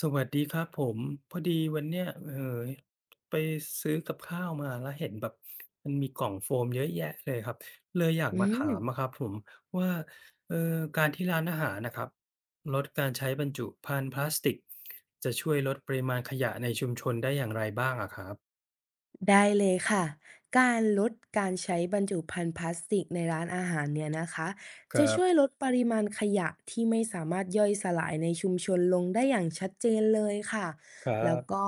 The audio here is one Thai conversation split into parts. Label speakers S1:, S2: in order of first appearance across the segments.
S1: สวัสดีครับผมพอดีวันเนี้ยไปซื้อกับข้าวมาแล้วเห็นแบบมันมีกล่องโฟมเยอะแยะเลยครับเลยอยาก
S2: อื
S1: มาถา
S2: ม
S1: มนะครับผมว่าเอ่อการที่ร้านอาหารนะครับลดการใช้บรรจุภัณฑ์พลาสติกจะช่วยลดปริมาณขยะในชุมชนได้อย่างไรบ้างอะครับ
S2: ได้เลยค่ะการลดการใช้บรรจุภัณฑ์พลาสติกในร้านอาหารเนี่ยนะคะ
S1: ค
S2: จะ
S1: รับ
S2: ช่วยลดปริมาณขยะที่ไม่สามารถย่อยสลายในชุมชนลงได้อย่างชัดเจนเลยค่ะ
S1: ครั
S2: แล้ว
S1: บ
S2: ก็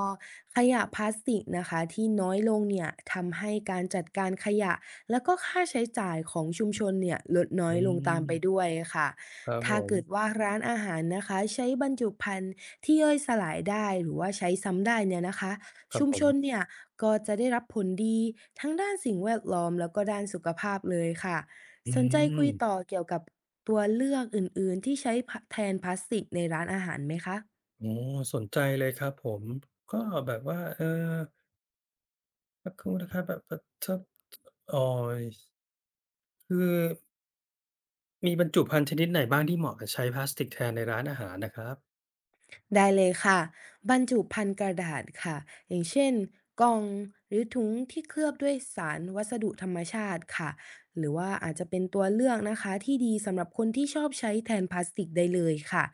S2: ขยะพลาสติกนะคะที่น้อยลงเนี่ยทำให้การจัดการขยะแล้วก็ค่าใช้จ่ายของชุมชนเนี่ยลดน้อ
S1: อื
S2: ยลงตามไป
S1: ม
S2: ด้วยค่ะ
S1: ครับผ
S2: ถ้า
S1: ม
S2: เกิดว่าร้านอาหารนะคะใช้บรรจุภัณฑ์ที่ย่อยสลายได้หรือว่าใช้ซ้ำได้เนี่ยนะคะ
S1: ครับ
S2: ชุม
S1: ผ
S2: ชน
S1: ม
S2: เนี่ยก็จะได้รับผลดีทั้งด้านสิ่งแวดล้อมแล้วก็ด้านสุขภาพเลยค่ะ
S1: อื
S2: สนใจคุ
S1: ม
S2: ยต่อเกี่ยวกับตัวเลือกอื่นๆที่ใช้แทนพลาสติกในร้านอาหารไหมคะ
S1: โอ้สนใจเลยครับผมก็แบบว่าสักครู่นะครับแบบชอบเอ่อคือมีบรรจุภัณฑ์ชนิดไหนบ้างที่เหมาะกับใช้พลาสติกแทนในร้านอาหารนะครับ
S2: ได้เลยค่ะบรรจุภัณฑ์กระดาษค่ะอย่างเช่นกล่องหรือถุงที่เคลือบด้วยสารวัสดุธรรมชาติค่ะหรือว่าอาจจะเป็นตัวเลือกนะคะที่ดีสำหรับคนที่ชอบใช้แทนพลาสติกได้เลยค่ะ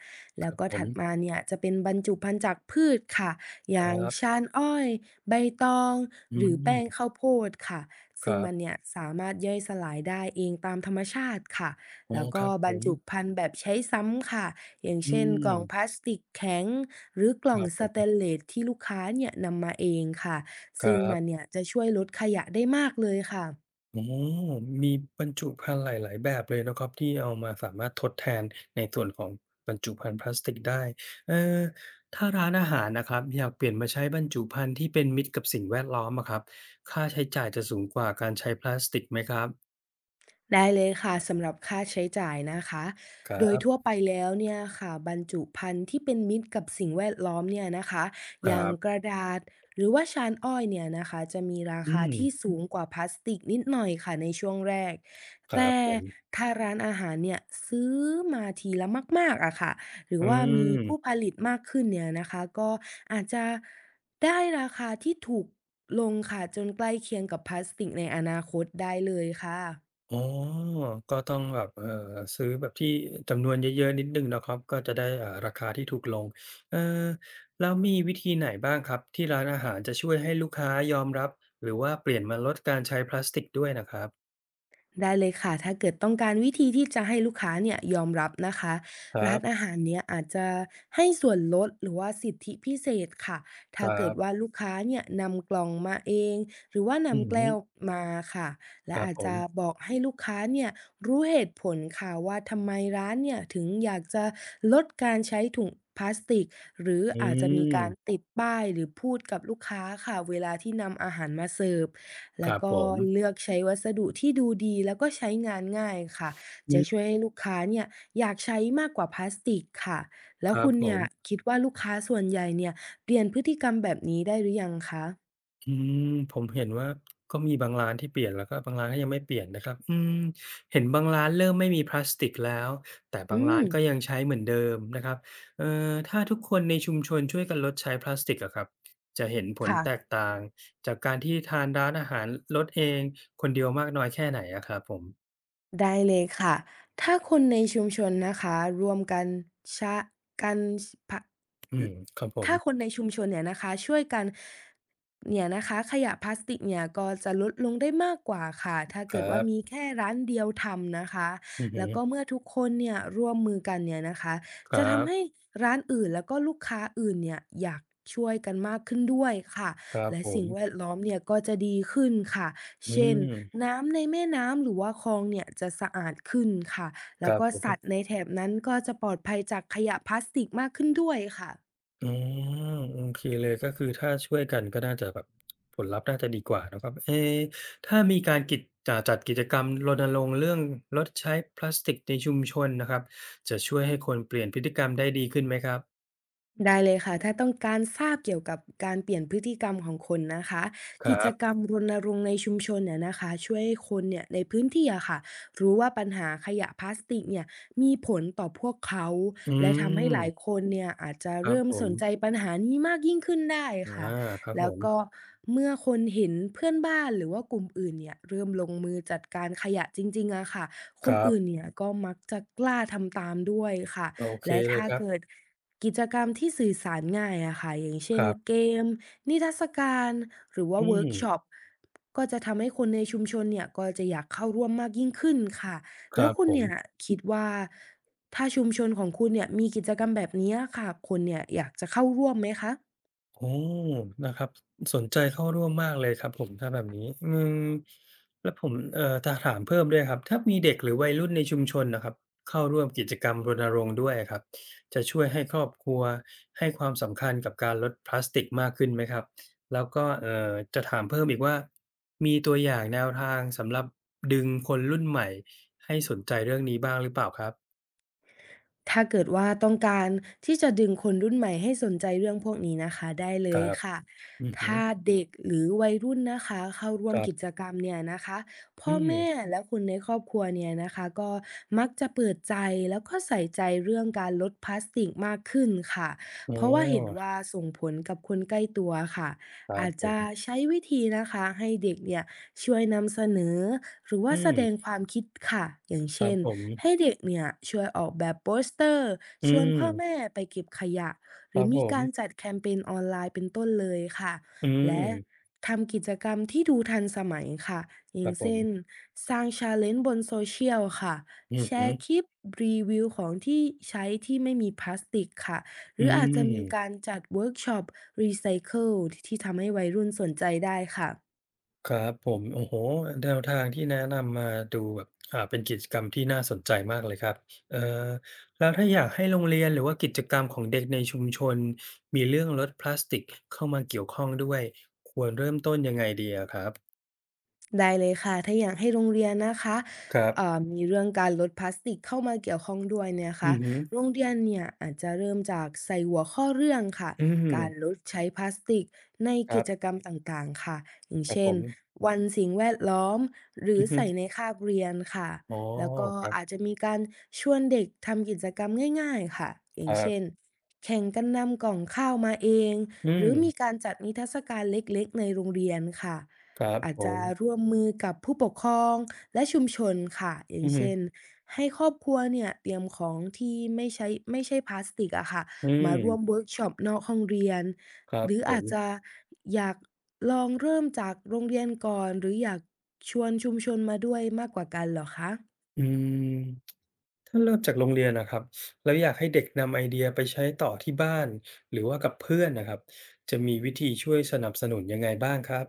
S1: ค
S2: แล้ว
S1: รับ
S2: ก็
S1: ผม
S2: ถัดมาเนี่ยจะเป็นบรรจุภัณฑ์จากพืชค่ะอ
S1: ค
S2: ย่าง
S1: รับ
S2: ชานอ้อยใบตอง
S1: อื
S2: หรือ
S1: ม
S2: แป้งข้าวโพดค่ะ
S1: ค
S2: ซึ่ง
S1: รั
S2: มัน
S1: บ
S2: เนี่ยสามารถย่อยสลายได้เองตามธรรมชาติค่ะ
S1: อ๋อ
S2: แล้ว
S1: ค
S2: ก็
S1: รับผ
S2: บรร
S1: ม
S2: จุภัณฑ์แบบใช้ซ้ำค่ะ อย่าง
S1: อื
S2: เช่นกล่องพ
S1: ม
S2: ลาสติกแข็งหรือก
S1: ค
S2: ล่อง
S1: รับผ
S2: สเตน
S1: ม
S2: เลสที่ลูกค้าเนี่ยนำมาเองค่ะ
S1: ค
S2: ซึ่
S1: รั
S2: งมัน
S1: บ
S2: เนี่ยจะช่วยลดขยะได้มากเลยค่ะ
S1: อ๋อมีบรรจุภัณฑ์หลายๆแบบเลยเนาะครับที่เอามาสามารถทดแทนในส่วนของบรรจุภัณฑ์พลาสติกได้เอ่อถ้าร้านอาหารนะครับอยากเปลี่ยนมาใช้บรรจุภัณฑ์ที่เป็นมิตรกับสิ่งแวดล้อมอะครับค่าใช้จ่ายจะสูงกว่าการใช้พลาสติกไหมครับ
S2: ได้เลยค่ะสำหรับค่าใช้จ่ายนะคะ
S1: ครั
S2: โดยทั่ว
S1: บ
S2: ไปแล้วเนี่ยค่ะบรรจุภัณฑ์ที่เป็นมิตรกับสิ่งแวดล้อมเนี่ยนะคะ
S1: ค
S2: อย่า
S1: รั
S2: งก
S1: บ
S2: ระดาษหรือว่าชานอ้อยเนี่ยนะคะจะมีรา
S1: อื
S2: คา
S1: ม
S2: ที่สูงกว่าพลาสติกนิดหน่อยค่ะในช่วงแรก
S1: ครับ
S2: แต่
S1: ผม
S2: ถ้าร้านอาหารเนี่ยซื้อมาทีละมากๆอะค่ะหรือ
S1: อื
S2: ว่ามี
S1: ม
S2: ผู้ผลิตมากขึ้นเนี่ยนะคะก็อาจจะได้ราคาที่ถูกลงค่ะจนใกล้เคียงกับพลาสติกในอนาคตได้เลยค่ะ
S1: อ๋อก็ต้องแบบซื้อแบบที่จำนวนเยอะๆนิดหนึ่งเนาะครับก็จะได้ราคาที่ถูกลงเอ่อแล้วมีวิธีไหนบ้างครับที่ร้านอาหารจะช่วยให้ลูกค้ายอมรับหรือว่าเปลี่ยนมาลดการใช้พลาสติกด้วยน่ะครับ
S2: ได้เลยค่ะ ถ้าเกิดต้องการวิธีที่จะให้ลูกค้าเนี่ยยอมรับนะคะ
S1: ครั
S2: ร้านอา
S1: บ
S2: หารเนี้ยอาจจะให้ส่วนลดหรือว่าสิทธิพิเศษค่ะ
S1: ค
S2: ถ้า
S1: รั
S2: เกิดว่า
S1: บ
S2: ลูกค้าเนี่ยนำกล่องมาเองหรือว่า
S1: อือ
S2: นำ
S1: ฮึ
S2: แก้วมาค่ะ
S1: ค
S2: และ
S1: รับ
S2: อาจ
S1: ผม
S2: จะบอกให้ลูกค้าเนี่ยรู้เหตุผลค่ะว่าทำไมร้านเนี่ยถึงอยากจะลดการใช้ถุงพลาสติก หรือ
S1: อื
S2: อาจจะมี
S1: ม
S2: การติดป้ายหรือพูดกับลูกค้าค่ะเวลาที่นำอาหารมาเสิร์ฟ
S1: ค
S2: แล้ว
S1: รับผ
S2: ก็
S1: ม
S2: เลือกใช้วัสดุที่ดูดีแล้วก็ใช้งานง่ายค่ะ
S1: อื
S2: จะช่ว
S1: ม
S2: ยให้ลูกค้าเนี่ยอยากใช้มากกว่าพลาสติกค่ะแล้
S1: ค
S2: ว
S1: รับ
S2: คุณ
S1: ผ
S2: เนี่ย
S1: ม
S2: คิดว่าลูกค้าส่วนใหญ่เนี่ยเปลี่ยนพฤติกรรมแบบนี้ได้หรือยังคะ
S1: อืมผมเห็นว่าก็มีบางร้านที่เปลี่ยนแล้วก็บางร้านก็ยังไม่เปลี่ยนนะครับอืมเห็นบางร้านเริ่มไม่มีพลาสติกแล้วแต่บาง
S2: อื
S1: ร้า
S2: ม
S1: นก็ยังใช้เหมือนเดิมนะครับถ้าทุกคนในชุมชนช่วยกันลดใช้พลาสติกอะครับจะเห็นผลแตก
S2: ค่ะ
S1: ต่างจากการที่ทานร้านอาหารลดเองคนเดียวมากน้อยแค่ไหนอะครับผม
S2: ได้เลยค่ะ ถ้าคนในชุมชนนะคะรวมกันชะกันพะ
S1: อืมครับผม
S2: ถ้าคนในชุมชนเนี่ยนะคะช่วยกันเนี่ยนะคะขยะพลาสติกเนี่ยก็จะลดลงได้มากกว่าค่ะถ้า
S1: ค
S2: เกิ
S1: รั
S2: ดว่ามี
S1: บ
S2: แค่ร้านเดียวทำนะคะ
S1: อือฮึ
S2: แล้วก็เมื่อทุกคนเนี่ยร่วมมือกันเนี่ยนะคะ
S1: ค
S2: จะ
S1: รับ
S2: ทำให้ร้านอื่นแล้วก็ลูกค้าอื่นเนี่ยอยากช่วยกันมากขึ้นด้วยค่ะ
S1: ครับ
S2: และ
S1: ผ
S2: สิ่
S1: ม
S2: งแวดล้อมเนี่ยก็จะดีขึ้นค่ะ
S1: อื
S2: เช่น
S1: ม
S2: น้ำในแม่น้ำหรือว่าคลองเนี่ยจะสะอาดขึ้นค่ะ
S1: ค
S2: แล้ว
S1: รับ
S2: ก็
S1: ผ
S2: สัตว์
S1: ม
S2: ในแถบนั้นก็จะปลอดภัยจากขยะพลาสติกมากขึ้นด้วยค่ะ
S1: อ๋อโอเคเลยก็คือถ้าช่วยกันก็น่าจะแบบผลลัพธ์น่าจะดีกว่านะครับเอ๊ถ้ามีการกิจจัดกิจกรรมรณรงค์เรื่องลดใช้พลาสติกในชุมชนนะครับจะช่วยให้คนเปลี่ยนพฤติกรรมได้ดีขึ้นไหมครับ
S2: ได้เลยค่ะถ้าต้องการทราบเกี่ยวกับการเปลี่ยนพฤติกรรมของคนนะคะ
S1: ค
S2: กิ
S1: รั
S2: จกร
S1: บ
S2: รมรณรงค์ในชุมชนเนี่ยนะคะช่วยให้คนเนี่ยในพื้นที่อะค่ะรู้ว่าปัญหาขยะพลาสติกเนี่ยมีผลต่อพวกเขา
S1: อื
S2: และทำให้
S1: ม
S2: หลายคนเนี่ยอาจจะ
S1: ครับ
S2: เริ่ม
S1: ผ
S2: ส
S1: ม
S2: นใจปัญหานี้มากยิ่งขึ้นได้ค่ะ
S1: อาครับผ
S2: แล้ว
S1: ม
S2: ก็เมื่อคนเห็นเพื่อนบ้านหรือว่ากลุ่มอื่นเนี่ยเริ่มลงมือจัดการขยะจริงๆอะค่ะค
S1: ค
S2: น
S1: รับ
S2: อื่นเนี่ยก็มักจะกล้าทำตามด้วยค่ะ
S1: โอเค
S2: และ
S1: เลย
S2: ถ้า
S1: ครั
S2: เกิด
S1: บ
S2: กิจกรรมที่สื่อสารง่ายอะค่ะอย่าง
S1: ค
S2: เช่น
S1: รับ
S2: เกมนิทรรศการหรือว่า
S1: อื
S2: เวิ
S1: ม
S2: ร์กช็อปก็จะทำให้คนในชุมชนเนี่ยก็จะอยากเข้าร่วมมากยิ่งขึ้นค่ะ
S1: ค
S2: แล้
S1: รั
S2: ว
S1: บ
S2: คุ
S1: ผ
S2: ณ
S1: ม
S2: เนี่ยคิดว่าถ้าชุมชนของคุณเนี่ยมีกิจกรรมแบบนี้อะค่ะคนเนี่ยอยากจะเข้าร่วมไหมคะ
S1: โอ้นะครับสนใจเข้าร่วมมากเลยครับผมถ้าแบบนี้อืมแล้วผมจะถามเพิ่มด้วยครับถ้ามีเด็กหรือวัยรุ่นในชุมชนน่ะครับเข้าร่วมกิจกรรมรณรงค์ด้วยอะครับจะช่วยให้ครอบครัวให้ความสำคัญกับการลดพลาสติกมากขึ้นไหมครับแล้วก็จะถามเพิ่มอีกว่ามีตัวอย่างแนวทางสำหรับดึงคนรุ่นใหม่ให้สนใจเรื่องนี้บ้างหรือเปล่าครับ
S2: ถ้าเกิดว่าต้องการที่จะดึงคนรุ่นใหม่ให้สนใจเรื่องพวกนี้นะคะได้เล
S1: ค
S2: ย
S1: รับ
S2: ค่ะ
S1: อือฮึ
S2: ถ้าเด็กหรือวัยรุ่นนะคะเข้าร่ว
S1: ค
S2: ม
S1: รั
S2: กิจ
S1: บ
S2: กรรมเนี่ยนะคะพ่
S1: อื
S2: อ
S1: ม
S2: แม่และคนในครอบครัวเนี่ยนะคะก็มักจะเปิดใจแล้วก็ใส่ใจเรื่องการลดพลาสติกมากขึ้นค่ะ
S1: อ๋อ
S2: เพราะว่าเห็นว่าส่งผลกับคนใกล้ตัวค่ะ
S1: ครับ
S2: อาจ
S1: ผ
S2: จะ
S1: ม
S2: ใช้วิธีนะคะให้เด็กเนี่ยช่วยนำเสนอหรือ
S1: อื
S2: ว่าแส
S1: ม
S2: ดงความคิดค่ะอย่าง
S1: ครับ
S2: เช่น
S1: ผม
S2: ให้เด็กเนี่ยช่วยออกแบบโปสเตอร์
S1: อื
S2: ชวน
S1: ม
S2: พ่อแม่ไปเก็บขยะห
S1: ค
S2: รื
S1: รั
S2: อ
S1: บผ
S2: มี
S1: ม
S2: การจัดแคมเปญออนไลน์เป็นต้นเลยค่ะ
S1: อื
S2: และ
S1: ม
S2: ทำกิจกรรมที่ดูทันสมัยค่ะอ
S1: ค
S2: ย่า
S1: รั
S2: ง
S1: บผม
S2: เช่นสร้างชาเลนจ์บนโซเชียลค่ะ
S1: อือ
S2: แช
S1: ฮึ
S2: ร์คลิปรีวิวของที่ใช้ที่ไม่มีพลาสติกค่ะห
S1: อื
S2: รืออาจจะมีการ
S1: ม
S2: จัดเวิร์กช็อปรีไซเคิลที่ทำให้วัยรุ่นสนใจได้ค่ะ
S1: ครับผมโอ้โฮแนวทางที่แนะนำมาดูแบบเป็นกิจกรรมที่น่าสนใจมากเลยครับเอ่อแล้วถ้าอยากให้โรงเรียนหรือว่ากิจกรรมของเด็กในชุมชนมีเรื่องลดพลาสติกเข้ามาเกี่ยวข้องด้วยควรเริ่มต้นยังไงดีอะครับ
S2: ได้เลยค่ะถ้าอยากให้โรงเรียนนะคะ
S1: ครับ
S2: มีเรื่องการลดพลาสติกเข้ามาเกี่ยวข้องด้วยเนี่ยนะ
S1: อื
S2: คะ
S1: อฮึ
S2: โรงเรียนเนี่ยอาจจะเริ่มจากใส่หัวข้อเรื่องค่ะ
S1: อื
S2: การล
S1: ม
S2: ดใช้พลาสติกใน
S1: ครั
S2: กิจ
S1: บ
S2: กรรมต่างๆค่ะอย่าง
S1: ครับผ
S2: เช่น
S1: ม
S2: วันสิ่งแวดล้อมหรือ
S1: อือฮึ
S2: ใส่ในคาบเรียนค่ะ
S1: อ๋อ
S2: แล้วก็
S1: ครั
S2: อาจ
S1: บ
S2: จะมีการชวนเด็กทำกิจกรรมง่ายๆค่ะอย่าง
S1: ๆ
S2: เช่นแข่งกันนำกล่องข้าวมาเอง
S1: อื
S2: หรือ
S1: ม
S2: มีการจัดนิทรรศการเล็กๆในโรงเรียนค่ะ
S1: ครับ
S2: อาจ
S1: ผ
S2: จะ
S1: ม
S2: ร่วมมือกับผู้ปกครองและชุมชนค่ะอย่า
S1: อื
S2: ง
S1: อฮึ
S2: เช่นให้ครอบครัวเนี่ยเตรียมของที่ไม่ใช่พลาสติกอะค่ะ
S1: อื
S2: มา
S1: ม
S2: ร่วมเวิร์กช็อปนอกห้องเรียน
S1: ครับ
S2: หรือ
S1: ผ
S2: อา
S1: ม
S2: จจะอยากลองเริ่มจากโรงเรียนก่อนหรืออยากชวนชุมชนมาด้วยมากกว่ากันเหรอคะ
S1: อืมถ้าเริ่มจากโรงเรียนนะครับแล้วอยากให้เด็กนำไอเดียไปใช้ต่อที่บ้านหรือว่ากับเพื่อนนะครับ จะมีวิธีช่วยสนับสนุนยังไงบ้างครับ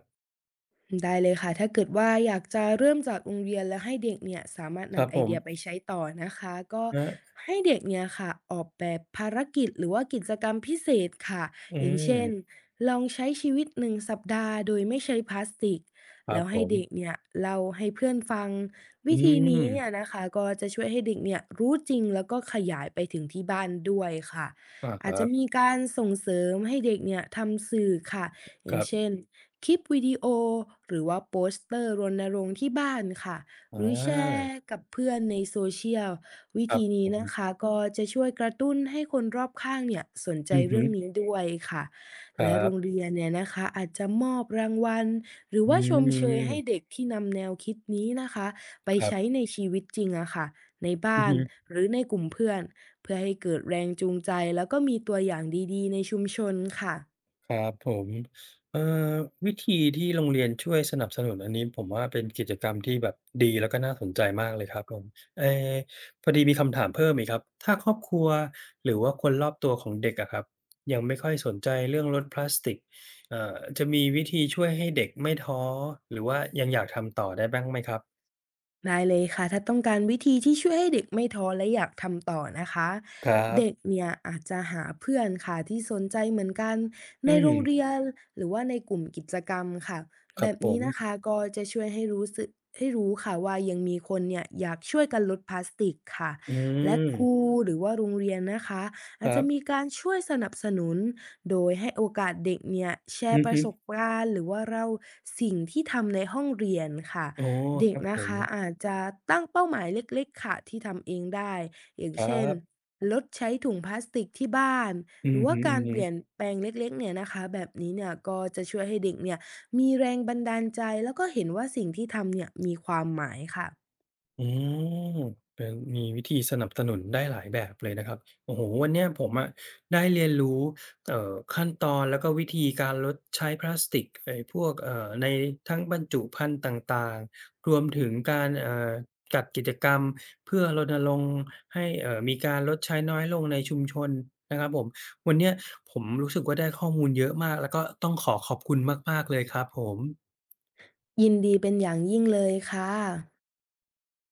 S2: ได้เลยค่ะถ้าเกิดว่าอยากจะเริ่มจากโรงเรียนแล้วให้เด็กเนี่ยสามารถ
S1: ครับ
S2: นำไอ
S1: ผ
S2: เดียไป
S1: ม
S2: ใช้ต่อนะคะก็
S1: คะ
S2: ให้เด็กเนี่ยค่ะออกแบบภารกิจหรือว่ากิจกรรมพิเศษค่ะ
S1: อื
S2: อย่างเช่น
S1: ม
S2: ลองใช้ชีวิต1 สัปดาห์โดยไม่ใช้พลาสติก
S1: ครั
S2: แล้
S1: บ
S2: ว
S1: ผ
S2: ให้
S1: ม
S2: เด็กเนี่ยเล่าให้เพื่อนฟัง
S1: อื
S2: วิธี
S1: ม
S2: นี้เนี่ยนะคะก็จะช่วยให้เด็กเนี่ยรู้จริงแล้วก็ขยายไปถึงที่บ้านด้วยค่ะ
S1: อาค
S2: อาจ
S1: รั
S2: จะ
S1: บ
S2: มีการส่งเสริมให้เด็กเนี่ยทำสื่อค่ะอ
S1: ค
S2: ย่าง
S1: รับ
S2: เช่น คลิปวิดีโอหรือว่าโปสเตอร์รณรงค์ที่บ้านค่ะ
S1: อ
S2: หรือแช
S1: า
S2: ร์กับเพื่อนในโซเชียลวิ
S1: ครับ
S2: ธี
S1: ผ
S2: นี้นะ
S1: ม
S2: คะก็จะช่วยกระตุ้นให้คนรอบข้างเนี่ยสนใจ
S1: อือฮึ
S2: เรื่องนี้ด้วยค่ะ
S1: ครั
S2: และโรง
S1: บ
S2: เรียนเนี่ยนะคะอาจจะมอบรางวัลหรือ
S1: อื
S2: ว่าชมเชยให้
S1: ม
S2: เด็กที่นำแนวคิดนี้นะคะไป
S1: ครับ
S2: ใช้ในชีวิตจริงอะค่ะใน
S1: อือ
S2: บ้าน
S1: ฮึ
S2: หรือในกลุ่มเพื่อนเพื่อให้เกิดแรงจูงใจแล้วก็มีตัวอย่างดีๆในชุมชนค่ะ
S1: ครับผมเอ่อวิธีที่โรงเรียนช่วยสนับสนุนอันนี้ผมว่าเป็นกิจกรรมที่แบบดีแล้วก็น่าสนใจมากเลยครับผมเอ่อพอดีมีคำถามเพิ่มอีกครับถ้าครอบครัวหรือว่าคนรอบตัวของเด็กอะครับยังไม่ค่อยสนใจเรื่องลดพลาสติกจะมีวิธีช่วยให้เด็กไม่ท้อหรือว่ายังอยากทำต่อได้บ้างไหมครับ
S2: ได้เลยค่ะถ้าต้องการวิธีที่ช่วยให้เด็กไม่ท้อและอยากทำต่อนะคะ
S1: ครั
S2: เด็ก
S1: บ
S2: เนี่ยอาจจะหาเพื่อนค่ะที่สนใจเหมือนกัน
S1: อื
S2: ใน
S1: ม
S2: โรงเรียนหรือว่าในกลุ่มกิจกรรมค่ะ
S1: ค
S2: แบ
S1: รับ
S2: บ
S1: ผ
S2: นี้
S1: ม
S2: นะคะก็จะช่วยให้รู้ค่ะว่ายังมีคนเนี่ยอยากช่วยกันลดพลาสติกค่ะ
S1: อื
S2: และ
S1: ม
S2: ครูหรือว่าโรงเรียนนะคะ
S1: ค
S2: อาจ
S1: รั
S2: จะมี
S1: บ
S2: การช่วยสนับสนุนโดยให้โอกาสเด็กเนี่ยแช
S1: อื
S2: ร์
S1: อ
S2: ประ
S1: ฮึ
S2: สบการณ์หรือว่าเล่าสิ่งที่ทำในห้องเรียนค่ะ
S1: อ๋อ
S2: เด็
S1: ค
S2: ก
S1: รับผ
S2: นะ
S1: ม
S2: คะอาจจะตั้งเป้าหมายเล็กๆค่ะที่ทำเองได้อย่าง
S1: ครั
S2: เช่น
S1: บ
S2: ลดใช้ถุงพลาสติกที่บ้าน
S1: อื
S2: หรื
S1: อ
S2: อว่า
S1: ฮึ
S2: การเปลี่ยน
S1: ๆ
S2: แปลงเล็กๆเนี่ยนะคะแบบนี้เนี่ยก็จะช่วยให้เด็กเนี่ยมีแรงบันดาลใจแล้วก็เห็นว่าสิ่งที่ทำเนี่ยมีความหมายค่ะ
S1: อืมเป็นมีวิธีสนับสนุนได้หลายแบบเลยนะครับโอ้โฮวันเนี้ยผมอะได้เรียนรู้ขั้นตอนแล้วก็วิธีการลดใช้พลาสติกไอ้พวกในทั้งบรรจุภัณฑ์ต่างๆรวมถึงการจัดกิจกรรมเพื่อรณรงค์ให้มีการลดใช้น้อยลงในชุมชนนะครับผมวันเนี้ยผมรู้สึกว่าได้ข้อมูลเยอะมากแล้วก็ต้องขอขอบคุณมากๆเลยครับผม
S2: ยินดีเป็นอย่างยิ่งเลยค่ะ